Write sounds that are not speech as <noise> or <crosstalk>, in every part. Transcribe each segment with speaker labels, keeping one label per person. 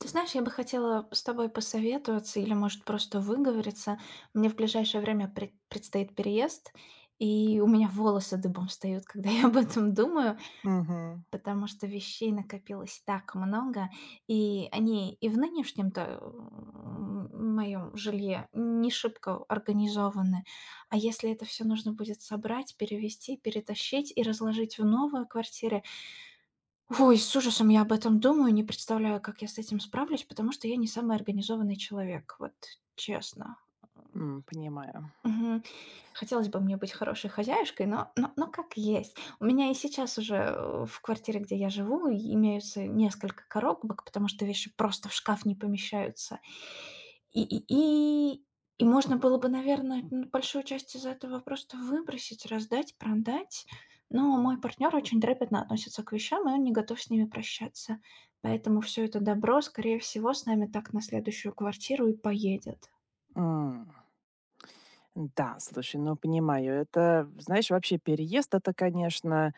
Speaker 1: Ты знаешь, я бы хотела с тобой посоветоваться или, может, просто выговориться. Мне в ближайшее время предстоит переезд, и у меня волосы дыбом встают, когда <laughs> я об этом думаю,
Speaker 2: Мгм.
Speaker 1: потому что вещей накопилось так много, и они и в нынешнем-то моем жилье не шибко организованы. А если это все нужно будет собрать, перевести, перетащить и разложить в новую квартиру, ой, с ужасом я об этом думаю, не представляю, как я с этим справлюсь, потому что я не самый организованный человек, вот честно.
Speaker 2: Понимаю.
Speaker 1: Мгм. Хотелось бы мне быть хорошей хозяюшкой, но но как есть. У меня и сейчас уже, в квартире, где я живу, и имеются несколько коробок, потому что вещи просто в шкаф не помещаются. И и и можно было бы, наверное, ну, большую часть из этого просто выбросить, раздать, продать. Но мой партнер очень трепетно относится к вещам, и он не готов с ними прощаться. Поэтому все это добро, скорее всего, с нами так на следующую квартиру и поедет.
Speaker 2: М. Да, слушай, ну понимаю. Это, знаешь, вообще переезд это, конечно,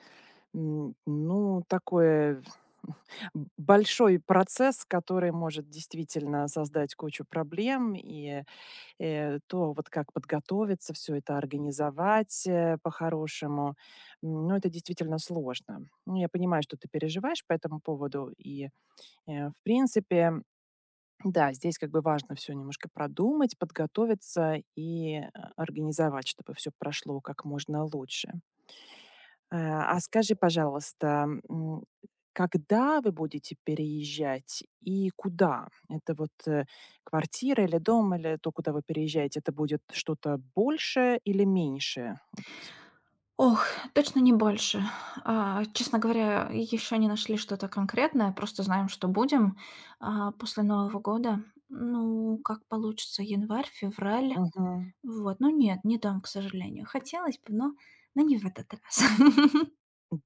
Speaker 2: ну, такое <laughs> большой процесс, который может действительно создать кучу проблем. Вот как подготовиться, все это организовать по-хорошему, ну, это действительно сложно. Ну, я понимаю, что ты переживаешь по этому поводу. В принципе, да, здесь как бы важно все немножко продумать, подготовиться и организовать, чтобы все прошло как можно лучше. А скажи, пожалуйста, когда вы будете переезжать и куда? Это вот, квартира или дом, или то, куда вы переезжаете, это будет что-то большее или меньшее? Вот.
Speaker 1: Ох, точно не больше. Честно говоря, еще не нашли что-то конкретное, просто знаем, что будем, после Нового года. Ну, как получится, январь, февраль. Вот, ну нет, не дом, к сожалению. Хотелось бы, но не в этот раз.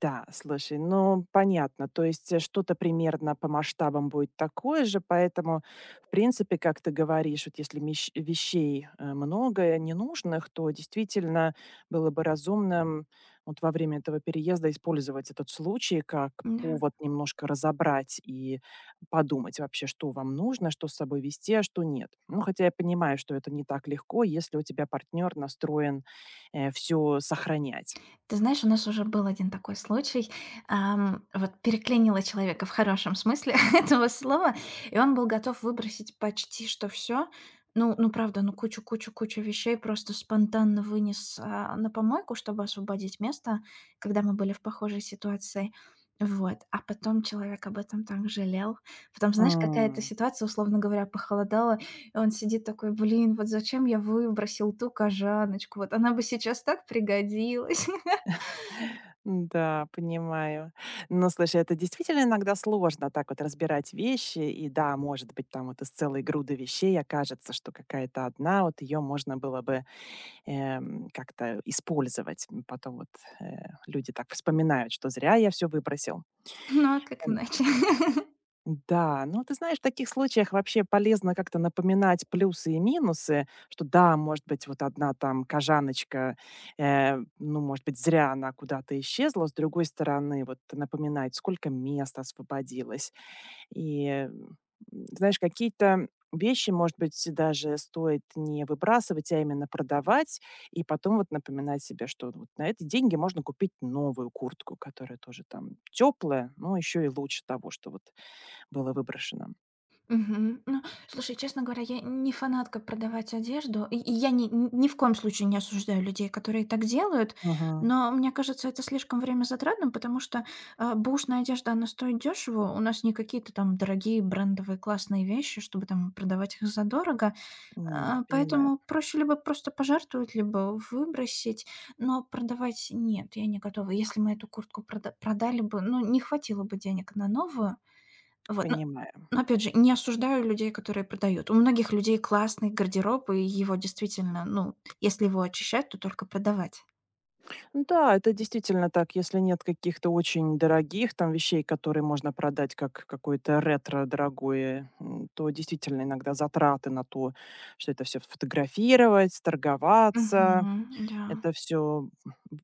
Speaker 2: Да, слушай, ну понятно. То есть что-то примерно по масштабам будет такое же, поэтому, в принципе, как ты говоришь, вот если вещей много ненужных, то действительно было бы разумным вот во время этого переезда использовать этот случай как
Speaker 1: <laughs> Да.
Speaker 2: повод немножко разобрать и подумать вообще, что вам нужно, что с собой вести, а что нет. Ну, хотя я понимаю, что это не так легко, если у тебя партнер настроен все сохранять.
Speaker 1: Ты знаешь, у нас уже был один такой случай. Вот переклинило человека в хорошем смысле <laughs> этого слова, и он был готов выбросить почти что все. Ну, правда, ну, кучу-кучу-кучу вещей просто спонтанно вынес, на помойку, чтобы освободить место, когда мы были в похожей ситуации. Вот. А потом человек об этом так жалел. Потом, знаешь, какая-то
Speaker 2: М.
Speaker 1: ситуация, условно говоря, похолодала, и он сидит такой: "Блин, вот зачем я выбросил ту кожаночку? Вот она бы сейчас так пригодилась". <laughs>
Speaker 2: Да, понимаю. Но слушай, это действительно иногда сложно так вот разбирать вещи. И да, может быть, там вот из целой груды вещей окажется, что какая-то одна, вот ее можно было бы как-то использовать. М, потом вот э, люди так вспоминают, что зря я все выбросил.
Speaker 1: Ну, а как иначе? <laughs>
Speaker 2: Да, ну ты знаешь, в таких случаях вообще полезно как-то напоминать плюсы и минусы, что да, может быть, вот одна там кожаночка, ну, может быть, зря она куда-то исчезла, с другой стороны, вот напоминать, сколько мест освободилось. И знаешь, какие-то вещи, может быть, даже стоит не выбрасывать, а именно продавать, и потом вот напоминать себе, что вот на эти деньги можно купить новую куртку, которая тоже там теплая, но еще и лучше того, что вот было выброшено.
Speaker 1: Мгм. Ну, слушай, честно говоря, я не фанатка продавать одежду. И я ни в коем случае не осуждаю людей, которые так делают,
Speaker 2: Мгм.
Speaker 1: но мне кажется, это слишком время затратным, потому что, бэушная одежда, она стоит дешево. У нас не какие-то там дорогие брендовые классные вещи, чтобы там продавать их задорого.
Speaker 2: Понимаю,
Speaker 1: Поэтому проще либо просто пожертвовать, либо выбросить, но продавать нет, я не готова. Если мы эту куртку продали бы, ну, не хватило бы денег на новую. Вот.
Speaker 2: понимаю.
Speaker 1: Но опять же, не осуждаю людей, которые продают. У многих людей классный гардероб, и его действительно, ну, если его очищать, то только продавать.
Speaker 2: Да, это действительно так. Если нет каких-то очень дорогих там вещей, которые можно продать как какое-то ретро дорогое, то действительно иногда затраты на то, что это все фотографировать, торговаться,
Speaker 1: Мгм. Да,
Speaker 2: это все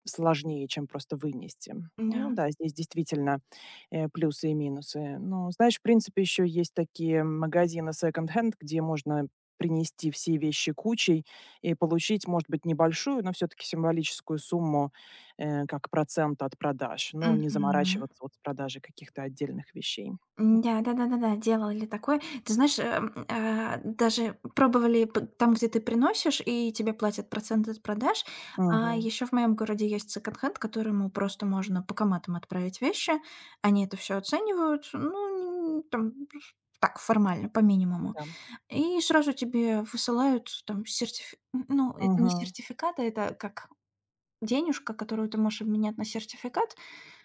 Speaker 2: сложнее, чем просто вынести. Ну
Speaker 1: да.
Speaker 2: да, здесь действительно, плюсы и минусы. Но знаешь, в принципе, еще есть такие магазины секонд-хенд, где можно принести все вещи кучей и получить, может быть, небольшую, но все-таки символическую сумму, как процент от продаж, но не
Speaker 1: Мгм.
Speaker 2: заморачиваться вот с продажей каких-то отдельных вещей.
Speaker 1: М-да, да-да-да-да, делали такое. Ты знаешь, даже пробовали п там, где ты приносишь, и тебе платят процент от продаж. А
Speaker 2: Мгм.
Speaker 1: еще в моем городе есть секонд-хенд, которому просто можно по банкоматом отправить вещи. Они это все оценивают, ну, н там, так, формально, по минимуму.
Speaker 2: Да.
Speaker 1: И сразу тебе высылают там сертифи ну, это не
Speaker 2: Мгм.
Speaker 1: сертификат, а это как денежка, которую ты можешь обменять на сертификат.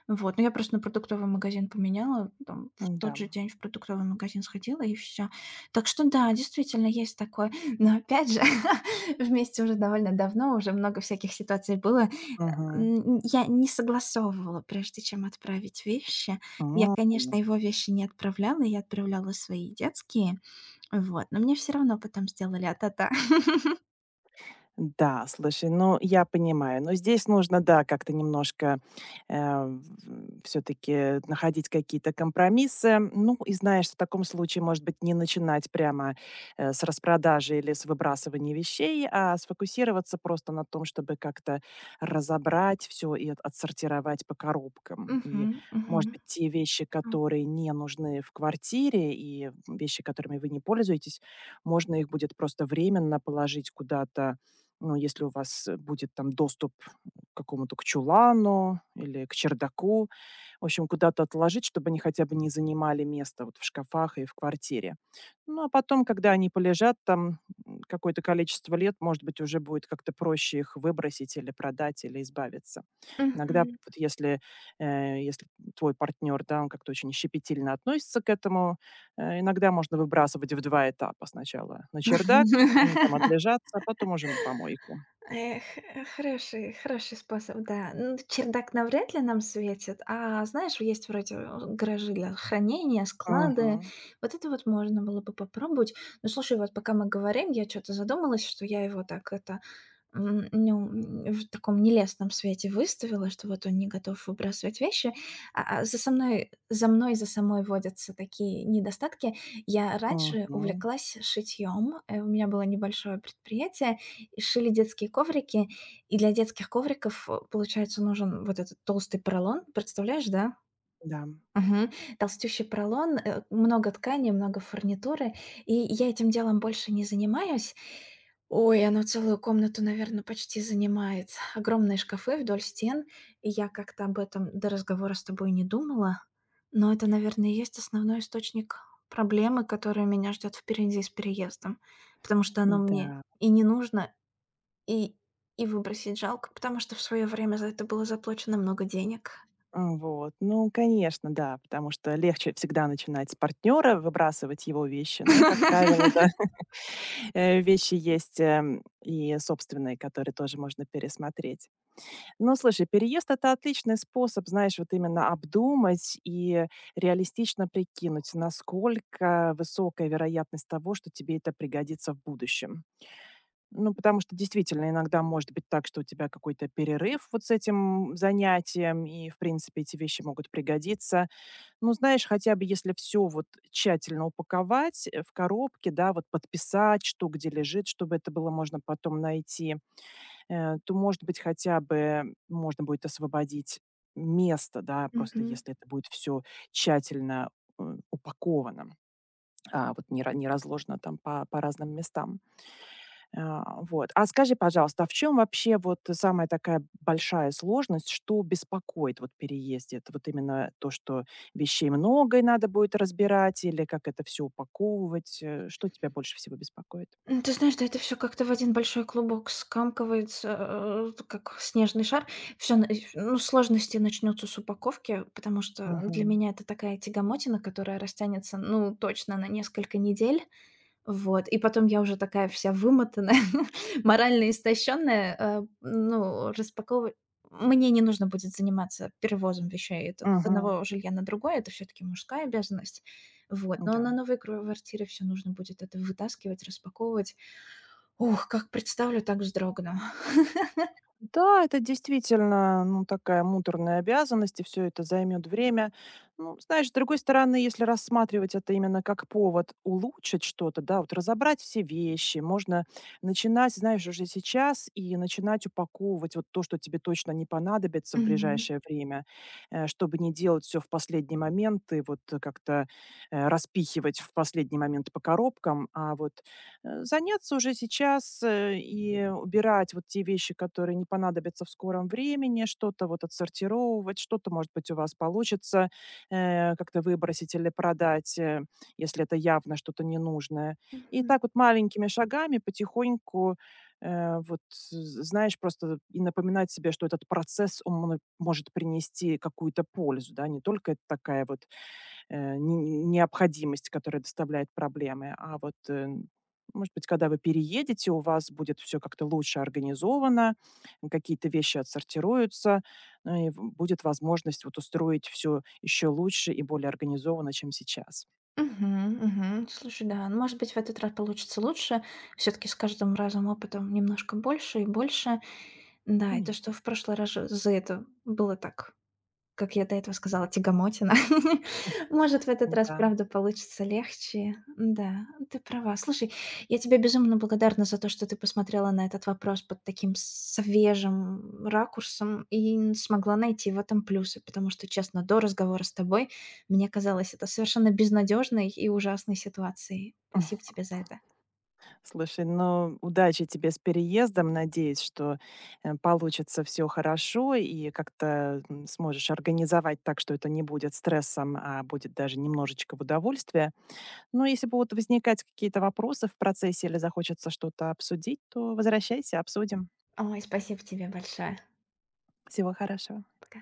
Speaker 1: Вот, ну, я просто на продуктовый магазин поменяла, там в
Speaker 2: Да.
Speaker 1: тот же день в продуктовый магазин сходила и все. Так что да, действительно есть такое. <laughs> Но опять же, <laughs> вместе уже довольно давно, уже много всяких ситуаций было.
Speaker 2: Мгм.
Speaker 1: Я не согласовывала, прежде чем отправить вещи. Я,
Speaker 2: М.
Speaker 1: конечно, его вещи не отправляла, я отправляла свои детские, вот, но мне все равно потом сделали а-та-та. <laughs>
Speaker 2: Да, слушай, ну я понимаю, но здесь нужно, да, как-то немножко все-таки находить какие-то компромиссы. Ну и знаешь, в таком случае, может быть, не начинать прямо с распродажи или с выбрасывания вещей, а сфокусироваться просто на том, чтобы как-то разобрать все и отсортировать по коробкам.
Speaker 1: Мгм,
Speaker 2: И,
Speaker 1: мгм.
Speaker 2: может быть, те вещи,
Speaker 1: А,
Speaker 2: которые не нужны в квартире и вещи, которыми вы не пользуетесь, можно их будет просто временно положить куда-то ну, если у вас, будет там доступ к какому-то к чулану или к чердаку, в общем, куда-то отложить, чтобы они хотя бы не занимали место вот в шкафах и в квартире. Ну, а потом, когда они полежат там, какое-то количество лет, может быть, уже будет как-то проще их выбросить или продать, или избавиться. Иногда
Speaker 1: мгм.
Speaker 2: вот если твой партнер, да, он как-то очень щепетильно относится к этому, иногда можно выбрасывать в 2 этапа: сначала на чердак, они
Speaker 1: <laughs>
Speaker 2: там отлежатся, а потом уже на помойку.
Speaker 1: Эх, хороший способ, да. Ну, чердак навряд ли нам светит, а, знаешь, есть вроде, гаражи для хранения, склады.
Speaker 2: Мгм,
Speaker 1: Вот это вот можно было бы попробовать. Ну слушай, вот пока мы говорим, я что то задумалась, что я его так это, в таком нелестном свете выставила, что вот он не готов выбрасывать вещи. А за мной, за самой водятся такие недостатки. Я раньше
Speaker 2: мгм,
Speaker 1: увлеклась шитьем, у меня было небольшое предприятие, шили детские коврики, и для детских ковриков, получается, нужен вот этот толстый поролон. Представляешь, да?
Speaker 2: да,
Speaker 1: Мгм. Толстющий поролон, много ткани, много фурнитуры. И я этим делом больше не занимаюсь. Ой, оно целую комнату, наверное, почти занимает. Огромные шкафы вдоль стен. И я как-то об этом до разговора с тобой не думала. Но это, наверное, и есть основной источник проблемы, которая меня ждет впереди с переездом. Потому что оно мне
Speaker 2: да.
Speaker 1: и не нужно, и и выбросить жалко, потому что в свое время за это было заплачено много денег.
Speaker 2: М, вот. Ну, конечно, да, потому что легче всегда начинать с партнера выбрасывать его вещи, но, как
Speaker 1: <laughs>
Speaker 2: правило, да, <laughs> вещи есть, и собственные, которые тоже можно пересмотреть. Ну, слушай, переезд- это отличный способ, знаешь, вот именно обдумать и реалистично прикинуть, насколько высокая вероятность того, что тебе это пригодится в будущем. Ну, потому что действительно иногда может быть так, что у тебя какой-то перерыв вот с этим занятием, и, в принципе, эти вещи могут пригодиться. Ну, знаешь, хотя бы если все вот тщательно упаковать, в коробке, да, вот подписать, что где лежит, чтобы это было можно потом найти то, может быть, хотя бы можно будет освободить место, да, просто
Speaker 1: Мгм.
Speaker 2: если это будет все тщательно э, упаковано, а вот не разложено там по разным местам. А, вот. А скажи, пожалуйста, а в чем вообще вот самая такая большая сложность, что беспокоит вот в переезде? Это вот именно то, что вещей много и надо будет разбирать, или как это все упаковывать? Что тебя больше всего беспокоит?
Speaker 1: Ну, ты знаешь, да это все как-то в один большой клубок скомкивается, как снежный шар. Все, ну, сложности начнутся с упаковки, потому что для
Speaker 2: Угу.
Speaker 1: меня это такая тягомотина, которая растянется, ну, точно на несколько недель. Вот, и потом я уже такая вся вымотанная, <laughs> морально истощенная, ну, распаковывать. Мне не нужно будет заниматься перевозом вещей. Это с одного жилья на другое — это все таки мужская обязанность. Вот, но
Speaker 2: Угу.
Speaker 1: на новой кро квартире всё нужно будет это вытаскивать, распаковывать. Ух, как представлю, так вздрогну.
Speaker 2: Да, это действительно, ну, такая муторная обязанность, и все это займет время. Ну, знаешь, с другой стороны, если рассматривать это именно как повод улучшить что-то, да, вот разобрать все вещи, можно начинать, знаешь, уже сейчас и начинать упаковывать вот то, что тебе точно не понадобится в
Speaker 1: Мгм.
Speaker 2: ближайшее время, чтобы не делать все в последний момент и вот, как-то, распихивать в последний момент по коробкам, а вот заняться уже сейчас, и убирать вот те вещи, которые не понадобятся в скором времени, что-то вот отсортировывать, что-то, может быть, у вас получится, как-то выбросить или продать, если это явно что-то ненужное. И
Speaker 1: Мгм.
Speaker 2: так вот маленькими шагами потихоньку, э, вот, з знаешь, просто и напоминать себе, что этот процесс, он мно может принести какую-то пользу, да. Не только это такая вот Э, не необходимость, которая доставляет проблемы, а вот, может быть, когда вы переедете, у вас будет все как-то лучше организовано, какие-то вещи отсортируются, ну и в будет возможность вот устроить все еще лучше и более организованно, чем сейчас.
Speaker 1: Мгм, мгм. Слушай, да, ну, может быть, в этот раз получится лучше. Все таки с каждым разом опытом немножко больше и больше. Да, и то,
Speaker 2: Конечно,
Speaker 1: что в прошлый раз же за это было так, как я до этого сказала, тягомотина. <laughs> Может, в этот раз,
Speaker 2: да.
Speaker 1: правда, получится легче. Да, ты права. Слушай, я тебе безумно благодарна за то, что ты посмотрела на этот вопрос под таким свежим ракурсом и смогла найти в этом плюсы, потому что, честно, до разговора с тобой мне казалось это совершенно безнадежной и ужасной ситуацией. Спасибо
Speaker 2: <laughs>
Speaker 1: тебе за это.
Speaker 2: Слушай, ну, удачи тебе с переездом. Надеюсь, что, получится все хорошо и как-то, сможешь организовать так, что это не будет стрессом, а будет даже немножечко в удовольствие. Но если будут возникать какие-то вопросы в процессе или захочется что-то обсудить, то возвращайся, обсудим.
Speaker 1: Ой, спасибо тебе большое.
Speaker 2: Всего хорошего.
Speaker 1: Пока.